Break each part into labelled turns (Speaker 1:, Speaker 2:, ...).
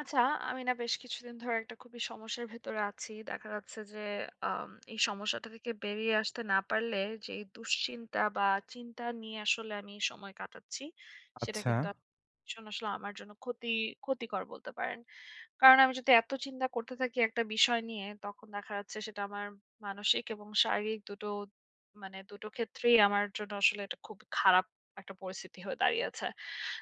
Speaker 1: আচ্ছা, আমি না বেশ কিছুদিন ধরে একটা খুবই সমস্যার ভেতরে আছি। দেখা যাচ্ছে যে এই সমস্যাটা থেকে বেরিয়ে আসতে না পারলে যেই দুশ্চিন্তা বা চিন্তা নিয়ে আসলে আমি সময় কাটাচ্ছি, সেটা
Speaker 2: আচ্ছা,
Speaker 1: কিন্তু ভীষণ আসলে আমার জন্য ক্ষতিকর বলতে পারেন। কারণ আমি যদি এত চিন্তা করতে থাকি একটা বিষয় নিয়ে, তখন দেখা যাচ্ছে সেটা আমার মানসিক এবং শারীরিক দুটো ক্ষেত্রেই আমার জন্য আসলে এটা খুব খারাপ একটা পরিস্থিতি হয়ে দাঁড়িয়েছে।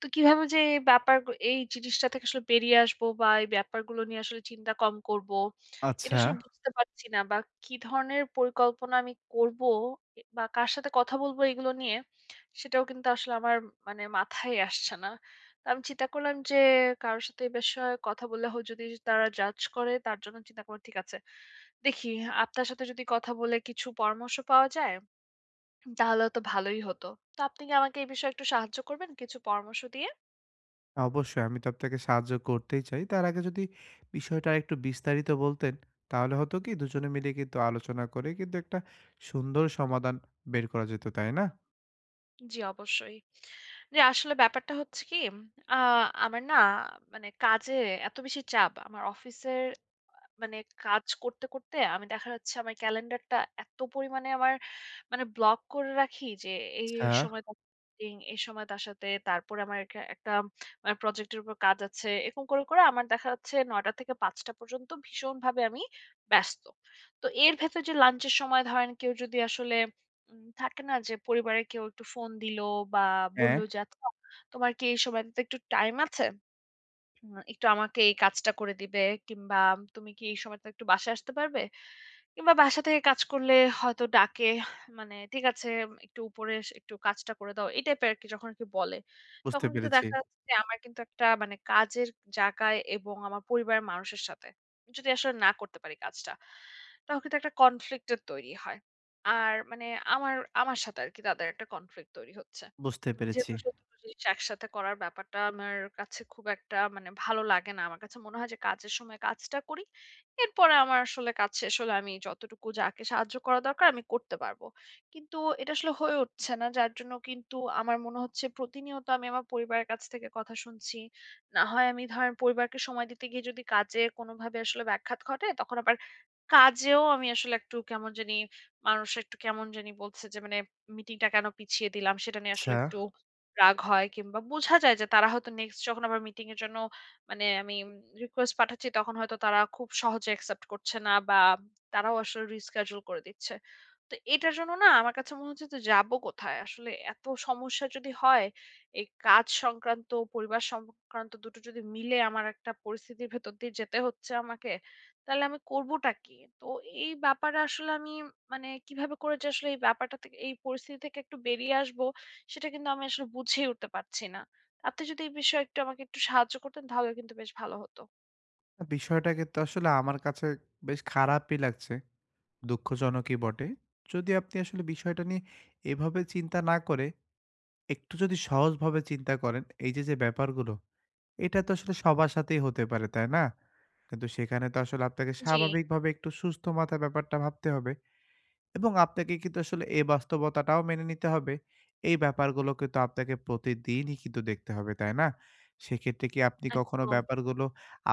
Speaker 1: তো কিভাবে যে এই ব্যাপার গ এই জিনিসটা থেকে আসলে বেরিয়ে আসবো বা এই ব্যাপারগুলো নিয়ে আসলে চিন্তা কম করব, এটা
Speaker 2: আচ্ছা।
Speaker 1: আসলে বুঝতে পারছি না বা কি ধরনের পরিকল্পনা আমি করব বা কার সাথে কথা বলবো এগুলো নিয়ে, সেটাও কিন্তু আসলে আমার মানে মাথায় আসছে না। আমি চিন্তা করলাম যে কারোর সাথে এ বিষয়ে কথা বললে যদি তারা জাজ করে তার জন্য চিন্তা করলাম ঠিক আছে। দেখি আপনার সাথে যদি কথা বলে কিছু পরামর্শ পাওয়া যায় তাহলে তো ভালোই হতো। তো আপনি কি আমাকে এই বিষয়ে একটু সাহায্য করবেন কিছু পরামর্শ দিয়ে?
Speaker 2: অবশ্যই আমি তো আপনাকে সাহায্য করতেই চাই। তার আগে যদি বিষয়টা আরেকটু বিস্তারিত বলতেন, তাহলে হতো কি দুজনে মিলে কিন্তু আলোচনা করে কিন্তু একটা সুন্দর সমাধান বের করা যেত, তাই না?
Speaker 1: জি, অবশ্যই। জি, আসলে ব্যাপারটা হচ্ছে কি, আ আমার না মানে কাজে এত বেশি চাপ, আমার অফিসের মানে কাজ করতে, করতে আমি দেখা যাচ্ছে আমার ক্যালেন্ডারটা এত পরিমাণে আমার মানে ব্লক করে রাখি যে এই,
Speaker 2: আচ্ছা,
Speaker 1: এই সময় তার মিটিং, এই সময় তার সাথে, তারপরে আমার একটা একটা মানে প্রজেক্টের উপর কাজ আছে। এরকম করে, করে আমার দেখা যাচ্ছে ৯ টা থেকে ৫ টা পর্যন্ত ভীষণভাবে আমি ব্যস্ত। তো এর ভেতর যে লাঞ্চের সময় ধরেন কেউ যদি আসলে থাকে না যে পরিবারের কেউ একটু ফোন দিল বা
Speaker 2: হ্যাঁ,
Speaker 1: বলল যে, "আচ্ছা, তোমার কি এই সময়টাতে একটু টাইম আছে?" আ একটু আমাকে এই কাজটা করে দিবে কিংবা তুমি কি এই সময়টা একটু বাসায় আসতে পারবে? কিংবা বাসা থেকে কাজ করলে হয়তো ডাকে, মানে ঠিক আছে, একটু উপরে এসে একটু কাজটা করে দাও। এই টাইপের আরকি যখন আরকি বলে।
Speaker 2: বুঝতে
Speaker 1: তখন কিন্তু
Speaker 2: পেরেছি,
Speaker 1: দেখা যাচ্ছে যে আমার কিন্তু একটা মানে কাজের জায়গায় এবং আমার পরিবারের মানুষের সাথে যদি আসলে না করতে পারি কাজটা, তখন কিন্তু একটা কনফ্লিক্ট এর তৈরি হয়। আর মানে আমার আমার সাথে আরকি তাদের একটা কনফ্লিক্ট তৈরি হচ্ছে।
Speaker 2: বুঝতে পেরেছি।
Speaker 1: যেহেতু আসলে ২ টো জিনিস একসাথে করার ব্যাপারটা আমার কাছে খুব একটা মানে ভালো লাগে না। আমার কাছে মনে হয় যে কাজের সময় কাজটা করি। এরপরে আমার আসলে কাজ শেষ হলে আমি যতটুকু যাকে সাহায্য করা দরকার আমি করতে পারব। কিন্তু এটা আসলে হয়ে উঠছে না। যার জন্য কিন্তু আমার মনে হচ্ছে প্রতিনিয়ত আমি আমার পরিবারের কাছ থেকে কথা শুনছি। না হয় আমি ধরেন পরিবারকে সময় দিতে গিয়ে যদি কাজে কোনোভাবে আসলে ব্যাঘাত ঘটে, তখন আবার কাজেও আমি আসলে একটু কেমন জানি, মানুষ একটু কেমন জানি বলছে যে মানে মিটিংটা কেন পিছিয়ে দিলাম সেটা নিয়ে
Speaker 2: আচ্ছা,
Speaker 1: আসলে একটু রাগ হয়, কিংবা বোঝা যায় যে তারা হয়তো নেক্সট যখন আবার মিটিং এর জন্য মানে আমি রিকোয়েস্ট পাঠাচ্ছি, তখন হয়তো তারা খুব সহজে অ্যাকসেপ্ট করছে না বা তারাও আসলে রিস্কেডিউল করে দিচ্ছে। তো এটার জন্য না আমার কাছে মনে হচ্ছে, তো যাবো কোথায় আসলে এত সমস্যা যদি হয়, এই কাজ সংক্রান্ত পরিবার সংক্রান্ত দুটো যদি মিলে আমার একটা পরিস্থিতির ভেতর দিয়ে যেতে হচ্ছে আমাকে, তাহলে আমি করবোটা কি? তো এই ব্যাপারে আসলে আমি মানে কিভাবে করে যে আসলে এই ব্যাপারটা থেকে এই পরিস্থিতি থেকে একটু বেরিয়ে আসবো, সেটা কিন্তু আমি আসলে বুঝেই উঠতে পারছি না। আপনি যদি এই বিষয়ে একটু আমাকে একটু সাহায্য করতেন তাহলে কিন্তু বেশ ভালো হতো।
Speaker 2: বিষয়টা কিন্তু আসলে আমার কাছে বেশ খারাপই লাগছে। দুঃখজনকই বটে। যদি আপনি আসলে বিষয়টা নিয়ে এভাবে চিন্তা না করে, একটু যদি সহজভাবে চিন্তা করেন, এই যে, ব্যাপারগুলো এটা তো আসলে সবার সাথেই হতে পারে, তাই না? কিন্তু সেখানে তো আসলে আপনাকে
Speaker 1: জি,
Speaker 2: স্বাভাবিকভাবে একটু সুস্থ মাথায় ব্যাপারটা ভাবতে হবে এবং আপনাকে কিন্তু আসলে এই বাস্তবতাটাও মেনে নিতে হবে। এই ব্যাপারগুলো কিন্তু আপনাকে প্রতিদিনই কিন্তু দেখতে হবে, তাই না? সেক্ষেত্রে কি আপনি কখনো
Speaker 1: একদম।
Speaker 2: ব্যাপারগুলো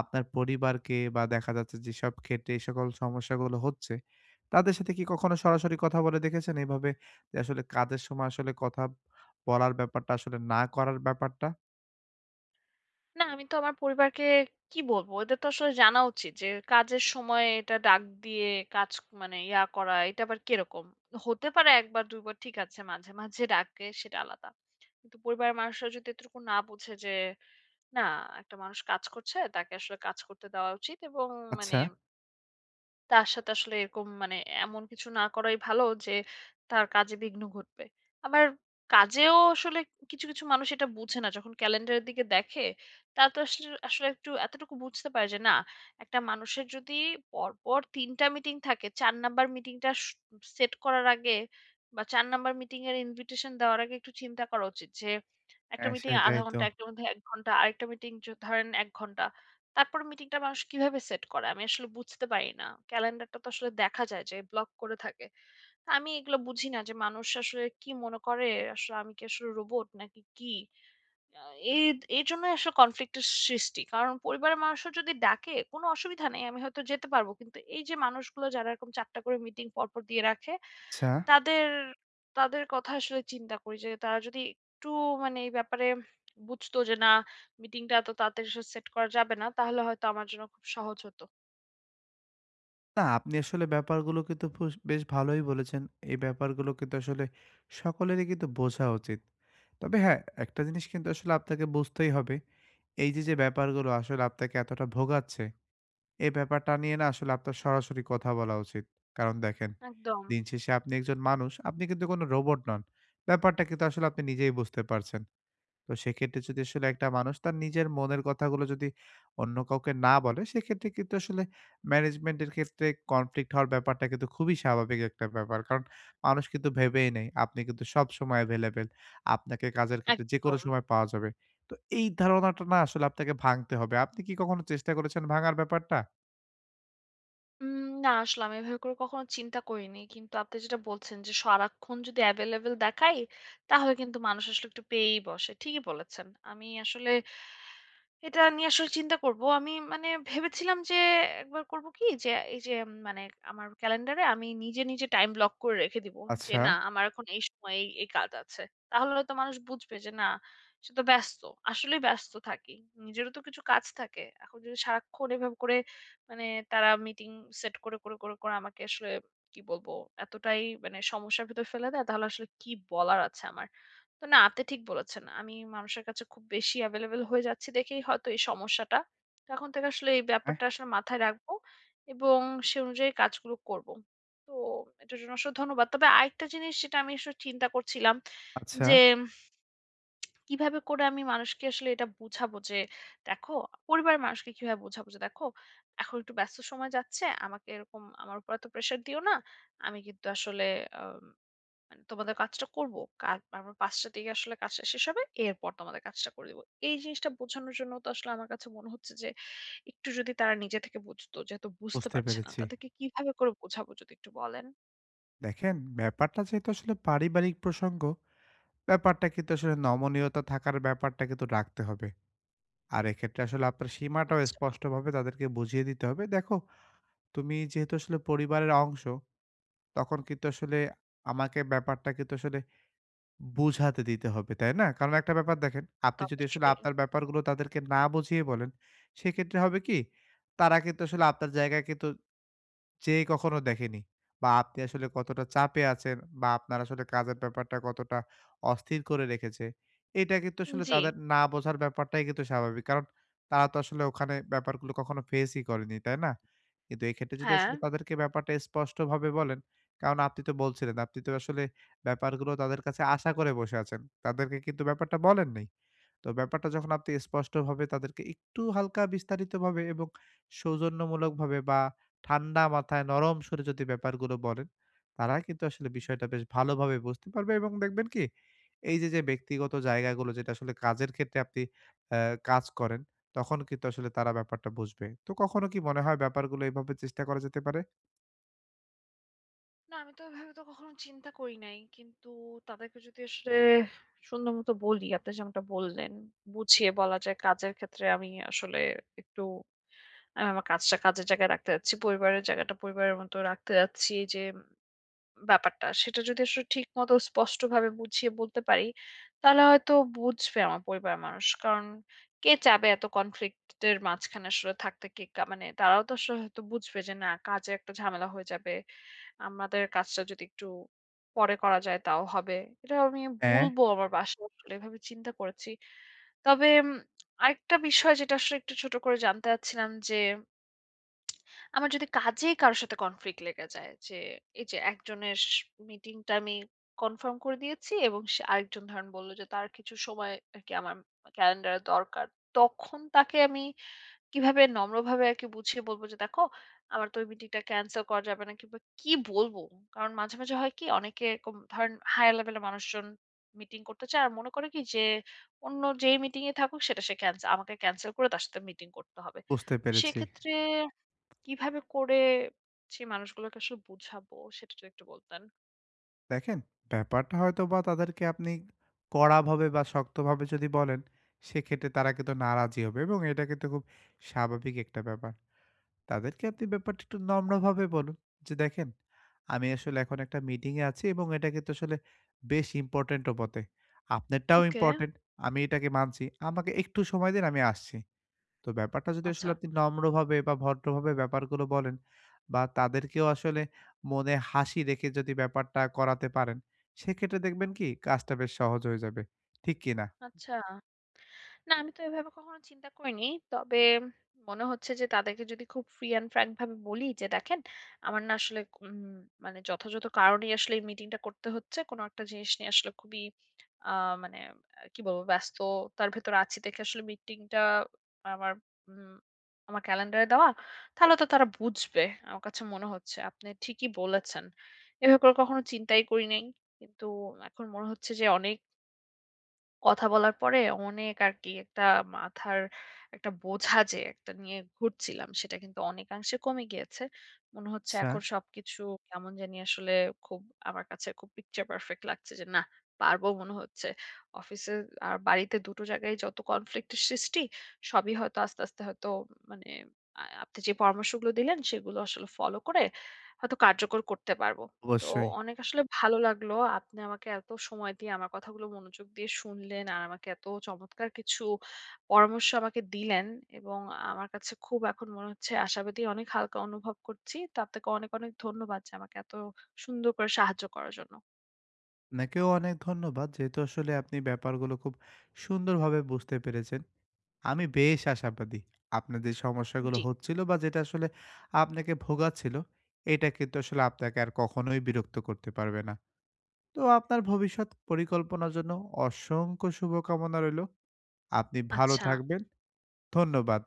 Speaker 2: আপনার পরিবারকে বা দেখা যাচ্ছে যেসব ক্ষেত্রে এই সকল সমস্যাগুলো হচ্ছে, তাদের সাথে কি কখনো সরাসরি কথা বলে দেখেছেন এভাবে যে আসলে কাজের সময় আসলে কথা বলার ব্যাপারটা আসলে না করার ব্যাপারটা?
Speaker 1: না আমি তো আমার পরিবারকে কি বলবো? এদের তো আসলে জানা উচিত যে কাজের সময় এটা ডাক দিয়ে কাজ মানে ইয়া করা, এটা আবার কিরকম? হতে পারে ১ বার ২ বার ঠিক আছে, মাঝে, মাঝে ডাকে সেটা আলাদা। কিন্তু পরিবারের মানুষরা যদি এতটুকু না বুঝে যে না, একটা মানুষ কাজ করছে, তাকে আসলে কাজ করতে দেওয়া উচিত এবং মানে
Speaker 2: আচ্ছা।
Speaker 1: তার সাথে আসলে এরকম মানে এমন কিছু না করাই ভালো যে তার কাজে বিঘ্ন ঘটবে। আবার কাজেও আসলে কিছু, কিছু মানুষ এটা বুঝে না। যখন ক্যালেন্ডারের দিকে দেখে, তারা তো আসলে আসলে একটু এতটুকু বুঝতে পারে যে না, একটা মানুষের যদি পরপর ৩ টা মিটিং থাকে, ৪ নাম্বার মিটিংটা সেট করার আগে বা ৪ নাম্বার মিটিং এর ইনভিটেশন দেওয়ার আগে একটু চিন্তা করা উচিত যে, একটা
Speaker 2: হ্যাঁ,
Speaker 1: মিটিং
Speaker 2: সেটাই
Speaker 1: আধা
Speaker 2: তো।
Speaker 1: ঘন্টা, একটার মধ্যে ১ ঘন্টা, আরেকটা মিটিং ধরেন ১ ঘন্টা। তারপরে মিটিংটা মানুষ কিভাবে সেট করে? আমি আসলে বুঝতে পারি না। ক্যালেন্ডারটা তো আসলে দেখা যায় যে ব্লক করে থাকে। তো আমি এগুলো বুঝি না যে মানুষ আসলে কি মনে করে? আসলে আমি কি আসলে রোবট নাকি কি? আ এই এজন্যই আসলে কনফ্লিক্ট এর সৃষ্টি। কারণ পরিবারের মানুষও যদি ডাকে, কোনো অসুবিধা নেই। আমি হয়তো যেতে পারব। কিন্তু এই যে মানুষগুলো যারা এরকম ৪ টা করে মিটিং পরপর দিয়ে রাখে
Speaker 2: আচ্ছা।
Speaker 1: তাদের তাদের কথা আসলে চিন্তা করি যে তারা যদি একটু মানে এই ব্যাপারে বুঝতো যে না মিটিংটা এত তাড়াতাড়ি সেট করা যাবে না, তাহলে হয়তো আমার জন্য খুব সহজ হতো।
Speaker 2: না আপনি আসলে ব্যাপারগুলো কিন্তু ফুস বেশ ভালোই বলেছেন। এই ব্যাপারগুলো কিন্তু আসলে সকলেরই কিন্তু বোঝা উচিত। তবে হ্যাঁ, একটা জিনিস কিন্তু আসলে আপনাকে বুঝতেই হবে। এই যে, যে ব্যাপারগুলো আসলে আপনাকে এতটা ভোগাচ্ছে, এই ব্যাপারটা নিয়ে না আসলে আপনার সরাসরি কথা বলা উচিত। কারণ দেখেন,
Speaker 1: একদম,
Speaker 2: দিন শেষে আপনি একজন মানুষ, আপনি কিন্তু কোনো রোবট নন। ব্যাপারটা কিন্তু আসলে আপনি নিজেই বুঝতে পারছেন। তো সেক্ষেত্রে যদি আসলে একটা মানুষ তার নিজের মনের কথাগুলো যদি অন্য কাউকে না বলে, সেক্ষেত্রে কিন্তু আসলে ম্যানেজমেন্টের ক্ষেত্রে কনফ্লিক্ট হওয়ার ব্যাপারটা কিন্তু খুবই স্বাভাবিক একটা ব্যাপার। কারণ মানুষ কিন্তু ভেবেই নেয় আপনি কিন্তু সবসময় এভেইলেবল। আপনাকে কাজের ক্ষেত্রে যেকোনো
Speaker 1: একদম।
Speaker 2: সময় পাওয়া যাবে। তো এই ধারণাটা না আসলে আপনাকে ভাঙতে হবে। আপনি কি কখনো চেষ্টা করেছেন ভাঙার ব্যাপারটা?
Speaker 1: উম না আসলে আমি এভাবে করে কখনো চিন্তা করিনি। কিন্তু আপনি যেটা বলছেন যে সারাক্ষণ যদি এভেইলেবল দেখাই, তাহলে কিন্তু মানুষ আসলে একটু পেয়েই বসে। ঠিকই বলেছেন। আমি আসলে এটা নিয়ে আসলে চিন্তা করব। আমি মানে ভেবেছিলাম যে একবার করব কি, যে এই যে মানে আমার ক্যালেন্ডারে আমি নিজে, নিজে টাইম ব্লক করে রেখে দিব। যে
Speaker 2: আচ্ছা,
Speaker 1: না আমার এখন এই সময় এই কাজ আছে। তাহলে হয়তো মানুষ বুঝবে যে না, সে তো ব্যস্ত। আসলেই ব্যস্ত থাকি। নিজেরও তো কিছু কাজ থাকে। এখন যদি সারাক্ষণ এভাবে করে মানে তারা মিটিং সেট করে, করে, করে, করে আমাকে আসলে, কি বলবো, এতটাই মানে সমস্যার ভেতর ফেলে দেয়, তাহলে আসলে কি বলার আছে আমার? তো না, আপনি ঠিক বলেছেন। আমি মানুষের কাছে খুব বেশি available হয়ে যাচ্ছি দেখেই হয়তো এই সমস্যাটা। তো এখন থেকে আসলে এই
Speaker 2: হ্যাঁ,
Speaker 1: ব্যাপারটা আসলে মাথায় রাখবো এবং সে অনুযায়ী কাজগুলো করব। তো এটার জন্য আসলে ধন্যবাদ। তবে আরেকটা জিনিস যেটা আমি আসলে চিন্তা করছিলাম
Speaker 2: আচ্ছা
Speaker 1: যে কিভাবে করে আমি মানুষকে আসলে এটা বুঝাবো যে, দেখো, পরিবারের মানুষকে কিভাবে বোঝাবো যে, দেখো, এখন একটু ব্যস্ত সময় যাচ্ছে। আমাকে এরকম আমার উপর এত প্রেশার দিও না। আমি কিন্তু আসলে আ মানে তোমাদের কাজটা করব। কাজ আমার ৫ টা দিকে আসলে কাজটা শেষ হবে। এরপর তোমাদের কাজটা করে দিব। এই জিনিসটা বোঝানোর জন্য তো আসলে আমার কাছে মনে হচ্ছে যে, একটু যদি তারা নিজে থেকে বুঝতো, যেহেতু বুঝতে
Speaker 2: বুঝতে
Speaker 1: পারছে না,
Speaker 2: পেরেছি।
Speaker 1: তাদেরকে কিভাবে করে বোঝাবো যদি একটু বলেন?
Speaker 2: দেখেন ব্যাপারটা যেহেতু আসলে পারিবারিক প্রসঙ্গ, ব্যাপারটা কিন্তু আসলে নমনীয়তা থাকার ব্যাপারটা কিন্তু রাখতে হবে। আর এক্ষেত্রে আসলে আপনার সীমাটাও
Speaker 1: আচ্ছা,
Speaker 2: স্পষ্টভাবে তাদেরকে বুঝিয়ে দিতে হবে। দেখো, তুমি যেহেতু আসলে পরিবারের অংশ, তখন কিন্তু আসলে আমাকে ব্যাপারটা কিন্তু আসলে বুঝাতে দিতে হবে, তাই না? কারণ একটা ব্যাপার দেখেন,
Speaker 1: তো
Speaker 2: আপনি যদি আসলে
Speaker 1: অবশ্যই।
Speaker 2: আপনার ব্যাপারগুলো তাদেরকে না বুঝিয়ে বলেন, সেক্ষেত্রে হবে কি? তারা কিন্তু আসলে আপনার জায়গায় কিন্তু যে কখনো দেখেনি বা আপনি আসলে কতটা চাপে আছেন বা আপনার আসলে কাজের ব্যাপারটা কতটা অস্থির করে রেখেছে, এটা কিন্তু আসলে
Speaker 1: জি,
Speaker 2: তাদের না বোঝার ব্যাপারটাই কিন্তু স্বাভাবিক। কারণ তারা তো আসলে ওখানে ব্যাপারগুলো কখনো ফেসই করেনি, তাই না? কিন্তু এক্ষেত্রে যদি
Speaker 1: হ্যাঁ।
Speaker 2: আসলে তাদেরকে ব্যাপারটা স্পষ্টভাবে বলেন, কারণ আপনি তো বলছিলেন আপনি তো আসলে ব্যাপারগুলো তাদের কাছে আশা করে বসে আছেন। তাদেরকে কিন্তু ব্যাপারটা বলেন নাই। তো ব্যাপারটা যখন আপনি স্পষ্টভাবে তাদেরকে একটু হালকা বিস্তারিতভাবে এবং সৌজন্যমূলকভাবে বা ঠান্ডা মাথায় নরম সুরে যদি ব্যাপারগুলো বলেন, তারা কিন্তু আসলে বিষয়টা বেশ ভালোভাবে বুঝতে পারবে এবং দেখবেন কি এই যে, যে ব্যক্তিগত জায়গাগুলো যেটা আসলে কাজের ক্ষেত্রে আপনি অ্যা কাজ করেন, তখন কিন্তু আসলে তারা ব্যাপারটা বুঝবে। তো কখনো কি মনে হয় ব্যাপারগুলো এভাবে চেষ্টা করা যেতে পারে?
Speaker 1: না, আমি তো এভাবে তো কখনো চিন্তা করি নাই। কিন্তু তাদেরকে যদি আসলে সুন্দর মতো বলি, আপনি যেমনটা বললেন, বুঝিয়ে বলা যায় কাজের ক্ষেত্রে আমি আসলে একটু আমি আমার কাজটা কাজের জায়গায় রাখতে চাচ্ছি। পরিবারের জায়গাটা পরিবারের মতো রাখতে চাচ্ছি, যে ব্যাপারটা সেটা যদি আসলে ঠিকমতো স্পষ্টভাবে বুঝিয়ে বলতে পারি, তাহলে হয়তো বুঝবে আমার পরিবারের মানুষ। কারণ কে চাবে এত কনফ্লিক্ট এর মাঝখানে আসলে থাকতে? কে কা মানে তারাও তো আসলে হয়তো বুঝবে যে না, কাজে একটা ঝামেলা হয়ে যাবে। আমাদের কাজটা যদি একটু পরে করা যায় তাও হবে। এটা আমি
Speaker 2: হ্যাঁ।
Speaker 1: বলবো আমার বাসায় আসলে এভাবে চিন্তা করেছি। তবে আরেকটা বিষয় যেটা আসলে একটু ছোট করে জানতে চাচ্ছিলাম যে, আমার যদি কাজেই কারো সাথে কনফ্লিক্ট লেগে যায়, যে এই যে একজনের মিটিংটা আমি কনফার্ম করে দিয়েছি এবং সে আরেকজন ধরেন বললো যে তার কিছু সময় আর কি আমার ক্যালেন্ডারে দরকার, তখন তাকে আমি কিভাবে নম্রভাবে আর কি বুঝিয়ে বলবো যে দেখো, আমার তো ওই মিটিংটা ক্যান্সেল করা যাবে না, কিংবা কি বলবো? কারণ মাঝে মাঝে হয় কি, অনেকে এরকম ধরেন হায়ার লেভেলের মানুষজন মিটিং করতে চায় আর মনে করে কি যে, অন্য যেই মিটিং এ থাকুক সেটা সে ক্যান্সেল, আমাকে ক্যান্সেল করে তার সাথে মিটিং করতে হবে।
Speaker 2: বুঝতে পেরেছি।
Speaker 1: সেক্ষেত্রে কিভাবে করে সেই মানুষগুলোকে আসলে বুঝাবো, সেটা যদি একটু বলতেন?
Speaker 2: দেখেন, ব্যাপারটা হয়তোবা তাদেরকে আপনি কড়াভাবে বা শক্তভাবে যদি বলেন, সেক্ষেত্রে তারা কিন্তু নারাজি হবে এবং এটা কিন্তু খুব স্বাভাবিক একটা ব্যাপার। তাদেরকে আপনি ব্যাপারটা একটু নম্রভাবে বলুন যে, "দেখেন, আমি আসলে এখন একটা মিটিংয়ে আছি এবং এটা কিন্তু আসলে বেশ ইম্পোর্টেন্টও বটে। আপনারটাও
Speaker 1: ওকে,
Speaker 2: ইম্পোর্টেন্ট, আমি এটাকে মানছি। আমাকে একটু সময় দিন, আমি আসছি।" তো ব্যাপারটা যদি
Speaker 1: আচ্ছা।
Speaker 2: আসলে আপনি নম্রভাবে বা ভদ্রভাবে ব্যাপারগুলো বলেন বা তাদেরকেও আসলে মনে হাসি রেখে যদি ব্যাপারটা করাতে পারেন, সেক্ষেত্রে দেখবেন কি কাজটা বেশ সহজ হয়ে যাবে। ঠিক কি না?
Speaker 1: আচ্ছা। না আমি তো এভাবে কখনো চিন্তা করিনি। তবে মনে হচ্ছে যে তাদেরকে যদি খুব ফ্রি অ্যান্ড ফ্র্যাঙ্ক ভাবে বলি যে, "দেখেন, আমার না আসলে মানে যথাযথ কারণেই আসলে এই মিটিংটা করতে হচ্ছে। কোনো একটা জিনিস নিয়ে আসলে খুবই আ মানে কি বলবো, ব্যস্ততার ভেতরে আছি দেখে আসলে মিটিংটা আমার উম আমার ক্যালেন্ডারে দেওয়া।" তাহলে তো তারা বুঝবে। আমার কাছে মনে হচ্ছে। আপনি ঠিকই বলেছেন। এভাবে করে কখনো চিন্তাই করি নাই। কিন্তু এখন মনে হচ্ছে যে অনেক কথা বলার পরে, অনেক আরকি একটা মাথার একটা বোঝা যে একটা নিয়ে ঘুরছিলাম, সেটা কিন্তু অনেকাংশে কমে গিয়েছে। মনে হচ্ছে
Speaker 2: আচ্ছা,
Speaker 1: এখন সবকিছু কেমন জানি আসলে খুব, আমার কাছে খুব picture perfect লাগছে যে, নাহ, পারবো মনে হচ্ছে। অফিসে আর বাড়িতে দুটো জায়গায় যত conflict এর সৃষ্টি, সবই হয়তো আস্তে, আস্তে হয়তো মানে আপনি যে পরামর্শগুলো দিলেন সেগুলো আসলে ফলো করে হয়তো কার্যকর করতে পারব। তো
Speaker 2: অবশ্যই।
Speaker 1: অনেক আসলে ভালো লাগলো। আপনি আমাকে এত সময় দিয়ে আমার কথাগুলো মনোযোগ দিয়ে শুনলেন আর আমাকে এত চমৎকার কিছু পরামর্শ আমাকে দিলেন, এবং আমার কাছে খুব এখন মনে হচ্ছে আশাবাদী, অনেক হালকা অনুভব করছি। তো আপনাকে অনেক, অনেক ধন্যবাদ যে আমাকে এত সুন্দর করে সাহায্য করার জন্য।
Speaker 2: আপনাকেও অনেক ধন্যবাদ। যেহেতু আসলে আপনি ব্যাপারগুলো খুব সুন্দরভাবে বুঝতে পেরেছেন। আমি বেশ আশাবাদী। আপনার যে সমস্যাগুলো
Speaker 1: জি,
Speaker 2: হচ্ছিল বা যেটা আসলে আপনাকে ভোগাচ্ছিল, এটা কিন্তু আসলে আপনাকে আর কখনোই বিরক্ত করতে পারবে না। তো আপনার ভবিষ্যৎ পরিকল্পনার জন্য অসংখ্য শুভকামনা রইল। আপনি ভালো
Speaker 1: আচ্ছা।
Speaker 2: থাকবেন। ধন্যবাদ।